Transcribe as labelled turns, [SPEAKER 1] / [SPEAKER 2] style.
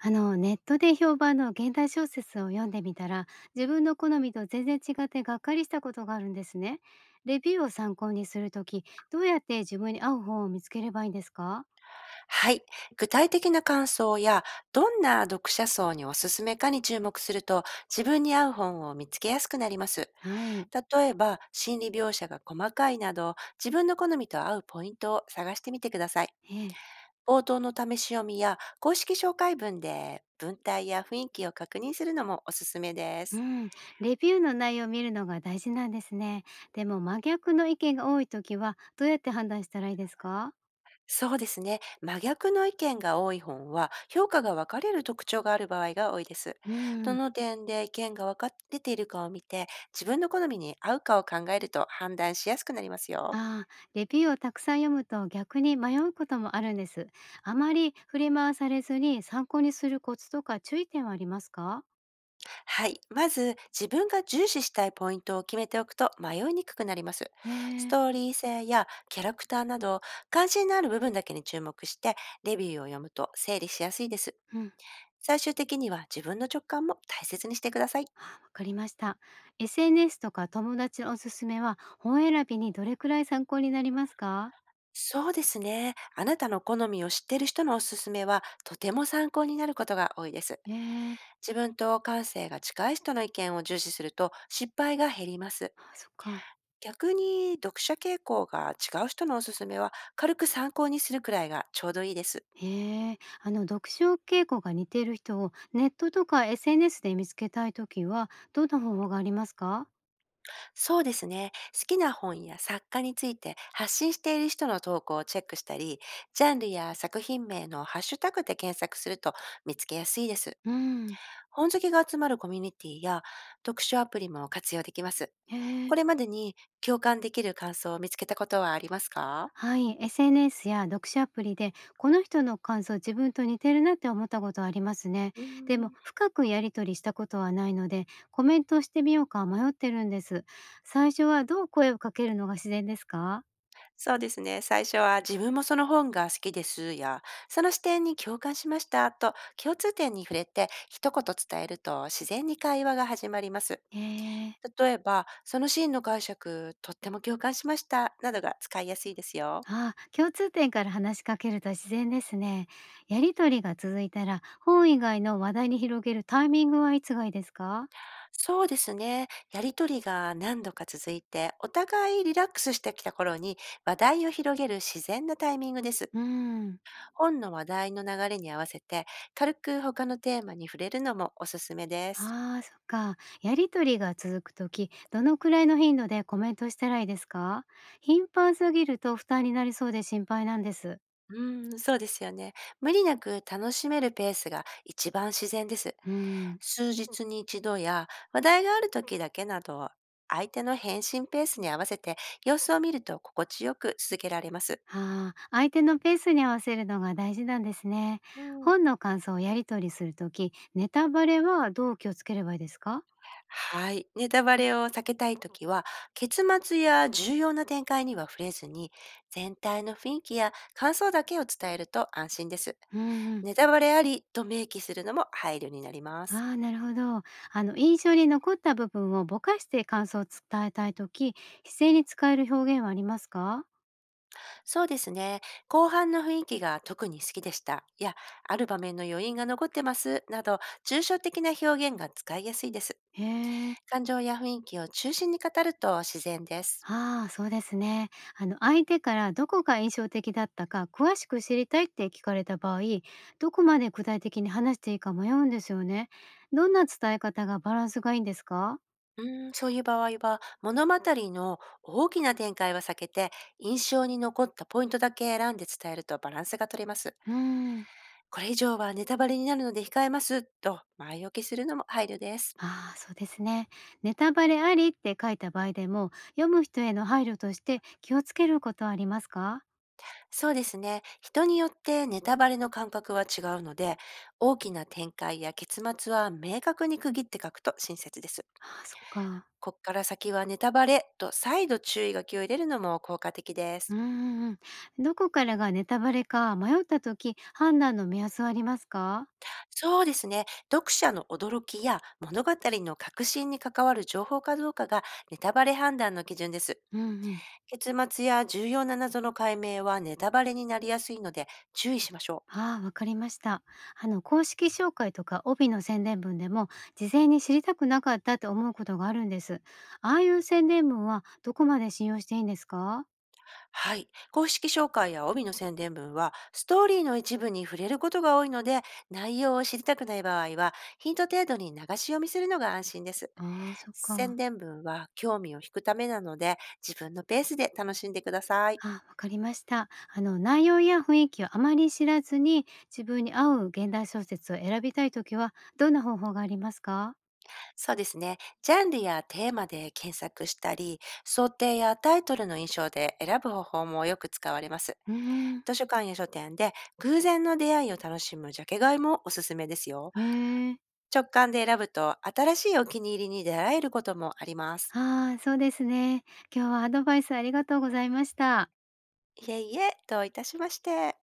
[SPEAKER 1] ネットで評判の現代小説を読んでみたら自分の好みと全然違ってがっかりしたことがあるんですね。レビューを参考にするときどうやって自分に合う本を見つければいいんですか？
[SPEAKER 2] はい。具体的な感想や、どんな読者層におすすめかに注目すると、自分に合う本を見つけやすくなります。
[SPEAKER 1] はい。
[SPEAKER 2] 例えば、心理描写が細かいなど、自分の好みと合うポイントを探してみてください。
[SPEAKER 1] ええ。
[SPEAKER 2] 冒頭の試し読みや、公式紹介文で文体や雰囲気を確認するのもおすすめで
[SPEAKER 1] う
[SPEAKER 2] す。
[SPEAKER 1] ん。レビューの内容を見るのが大事なんですね。でも真逆の意見が多いときはどうやって判断したらいいですか？
[SPEAKER 2] そうですね。真逆の意見が多い本は、評価が分かれる特徴がある場合が多いです。
[SPEAKER 1] う
[SPEAKER 2] ど
[SPEAKER 1] ん。
[SPEAKER 2] の点で意見が分かれているかを見て、自分の好みに合うかを考えると判断しやすくなりますよ。
[SPEAKER 1] ああ、レビューをたくさん読むと逆に迷うこともあるんです。あまり振り回されずに参考にするコツとか注意点はありますか？
[SPEAKER 2] はい。まず、自分が重視したいポイントを決めておくと迷いにくくなります。ス
[SPEAKER 1] ね
[SPEAKER 2] ト
[SPEAKER 1] え。
[SPEAKER 2] ーリー性やキャラクターなど、関心のある部分だけに注目して、レビューを読むと整理しやすいです。
[SPEAKER 1] うん。
[SPEAKER 2] 最終的には自分の直感も大切にしてください。
[SPEAKER 1] あ、わかりました。SNS とか友達のおすすめは本選びにどれくらい参考になりますか？
[SPEAKER 2] そうですね。あなたの好みを知っている人のおすすめは、とても参考になることが多いです。
[SPEAKER 1] ええ。
[SPEAKER 2] 自分と感性が近い人の意見を重視すると、失敗が減ります。
[SPEAKER 1] あ、そっか。
[SPEAKER 2] 逆に、読者傾向が違う人のおすすめは、軽く参考にするくらいがちょうどいいです。
[SPEAKER 1] へえ、読書傾向が似ている人をネットとか SNS で見つけたいときはどんな方法がありますか？
[SPEAKER 2] そうですね。好きな本や作家について発信している人の投稿をチェックしたり、ジャンルや作品名のハッシュタグで検索すると見つけやすいです。
[SPEAKER 1] うん。
[SPEAKER 2] 本好きが集まるコミュニティや読書アプリも活用できます。
[SPEAKER 1] へえ。
[SPEAKER 2] これまでに共感できる感想を見つけたことはありますか？
[SPEAKER 1] はい、SNS や読書アプリでこの人の感想自分と似てるなって思ったことはありますね。
[SPEAKER 2] うー
[SPEAKER 1] でも
[SPEAKER 2] ん。
[SPEAKER 1] 深くやり取りしたことはないのでコメントをしてみようか迷ってるんです。最初はどう声をかけるのが自然ですか？
[SPEAKER 2] そうですね。最初は自分もその本が好きですや、その視点に共感しましたと共通点に触れて一言伝えると自然に会話が始まります。
[SPEAKER 1] えー、
[SPEAKER 2] 例えば、そのシーンの解釈、とっても共感しましたなどが使いやすいですよ。
[SPEAKER 1] ああ、共通点から話しかけると自然ですね。やり取りが続いたら本以外の話題に広げるタイミングはいつがいいですか？
[SPEAKER 2] そうですね。やりとりが何度か続いて、お互いリラックスしてきた頃に話題を広げる自然なタイミングです。
[SPEAKER 1] うん。
[SPEAKER 2] 本の話題の流れに合わせて、軽く他のテーマに触れるのもおすすめです。
[SPEAKER 1] ああ、そっか。やり取りが続くとき、どのくらいの頻度でコメントしたらいいですか？頻繁すぎると負担になりそうで心配なんです。
[SPEAKER 2] うん、そうですよね。無理なく楽しめるペースが一番自然です。
[SPEAKER 1] うん。
[SPEAKER 2] 数日に一度や話題がある時だけなど、相手の返信ペースに合わせて様子を見ると心地よく続けられます。
[SPEAKER 1] ああ、相手のペースに合わせるのが大事なんですね。
[SPEAKER 2] うん。
[SPEAKER 1] 本の感想をやり取りするとき、ネタバレはどう気をつければいいですか？
[SPEAKER 2] はい。ネタバレを避けたいときは、結末や重要な展開には触れずに、全体の雰囲気や感想だけを伝えると安心です。
[SPEAKER 1] うんうん。
[SPEAKER 2] ネタバレありと明記するのも配慮になります。
[SPEAKER 1] ああ、なるほど。印象に残った部分をぼかして感想を伝えたいとき、姿勢に使える表現はありますか？
[SPEAKER 2] そうですね。後半の雰囲気が特に好きでした。いや、ある場面の余韻が残ってます。など、抽象的な表現が使いやすいです。
[SPEAKER 1] へえ。
[SPEAKER 2] 感情や雰囲気を中心に語ると自然です。
[SPEAKER 1] ああ、そうですね。相手からどこが印象的だったか詳しく知りたいって聞かれた場合、どこまで具体的に話していいか迷うんですよね。どんな伝え方がバランスがいいんですか？
[SPEAKER 2] うーん、そういう場合は、物語の大きな展開は避けて、印象に残ったポイントだけ選んで伝えるとバランスが取れます。
[SPEAKER 1] うーん。
[SPEAKER 2] これ以上はネタバレになるので控えます、と前置きするのも配慮です。
[SPEAKER 1] ああ、そうですね。ネタバレありって書いた場合でも、読む人への配慮として気をつけることはありますか？
[SPEAKER 2] そうですね。人によってネタバレの感覚は違うので、大きな展開や結末は明確に区切って書くと親切です。
[SPEAKER 1] ああ、そっか。
[SPEAKER 2] こっから先はネタバレと再度注意書きを入れるのも効果的で
[SPEAKER 1] う
[SPEAKER 2] す。
[SPEAKER 1] ーん。どこからがネタバレか迷った時、判断の目安はありますか？
[SPEAKER 2] そうですね。読者の驚きや物語の核心に関わる情報かどうかがネタバレ判断の基準です。
[SPEAKER 1] うんうん。
[SPEAKER 2] 結末や重要な謎の解明はネタバレになりやすいので注意しましょう。
[SPEAKER 1] ああ、わかりました。公式紹介とか帯の宣伝文でも、事前に知りたくなかったって思うことがあるんです。ああいう宣伝文はどこまで信用していいんですか？
[SPEAKER 2] はい。公式紹介や帯の宣伝文はストーリーの一部に触れることが多いので、内容を知りたくない場合はヒント程度に流し読みするのが安心です。
[SPEAKER 1] ああ、そっ
[SPEAKER 2] 宣
[SPEAKER 1] か。
[SPEAKER 2] 伝文は興味を引くためなので、自分のペースで楽しんでください。
[SPEAKER 1] ああ、わかりました。内容や雰囲気をあまり知らずに、自分に合う現代小説を選びたいときは、どんな方法がありますか？
[SPEAKER 2] そうですね。ジャンルやテーマで検索したり、想定やタイトルの印象で選ぶ方法もよく使われます。
[SPEAKER 1] うーん。
[SPEAKER 2] 図書館や書店で偶然の出会いを楽しむジャケ買いもおすすめですよ。
[SPEAKER 1] ねえ。
[SPEAKER 2] 直感で選ぶと新しいお気に入りに出会えることもあります。
[SPEAKER 1] ああ、そうですね。今日はアドバイスありがとうございました。
[SPEAKER 2] いえいえ、どういたしまして。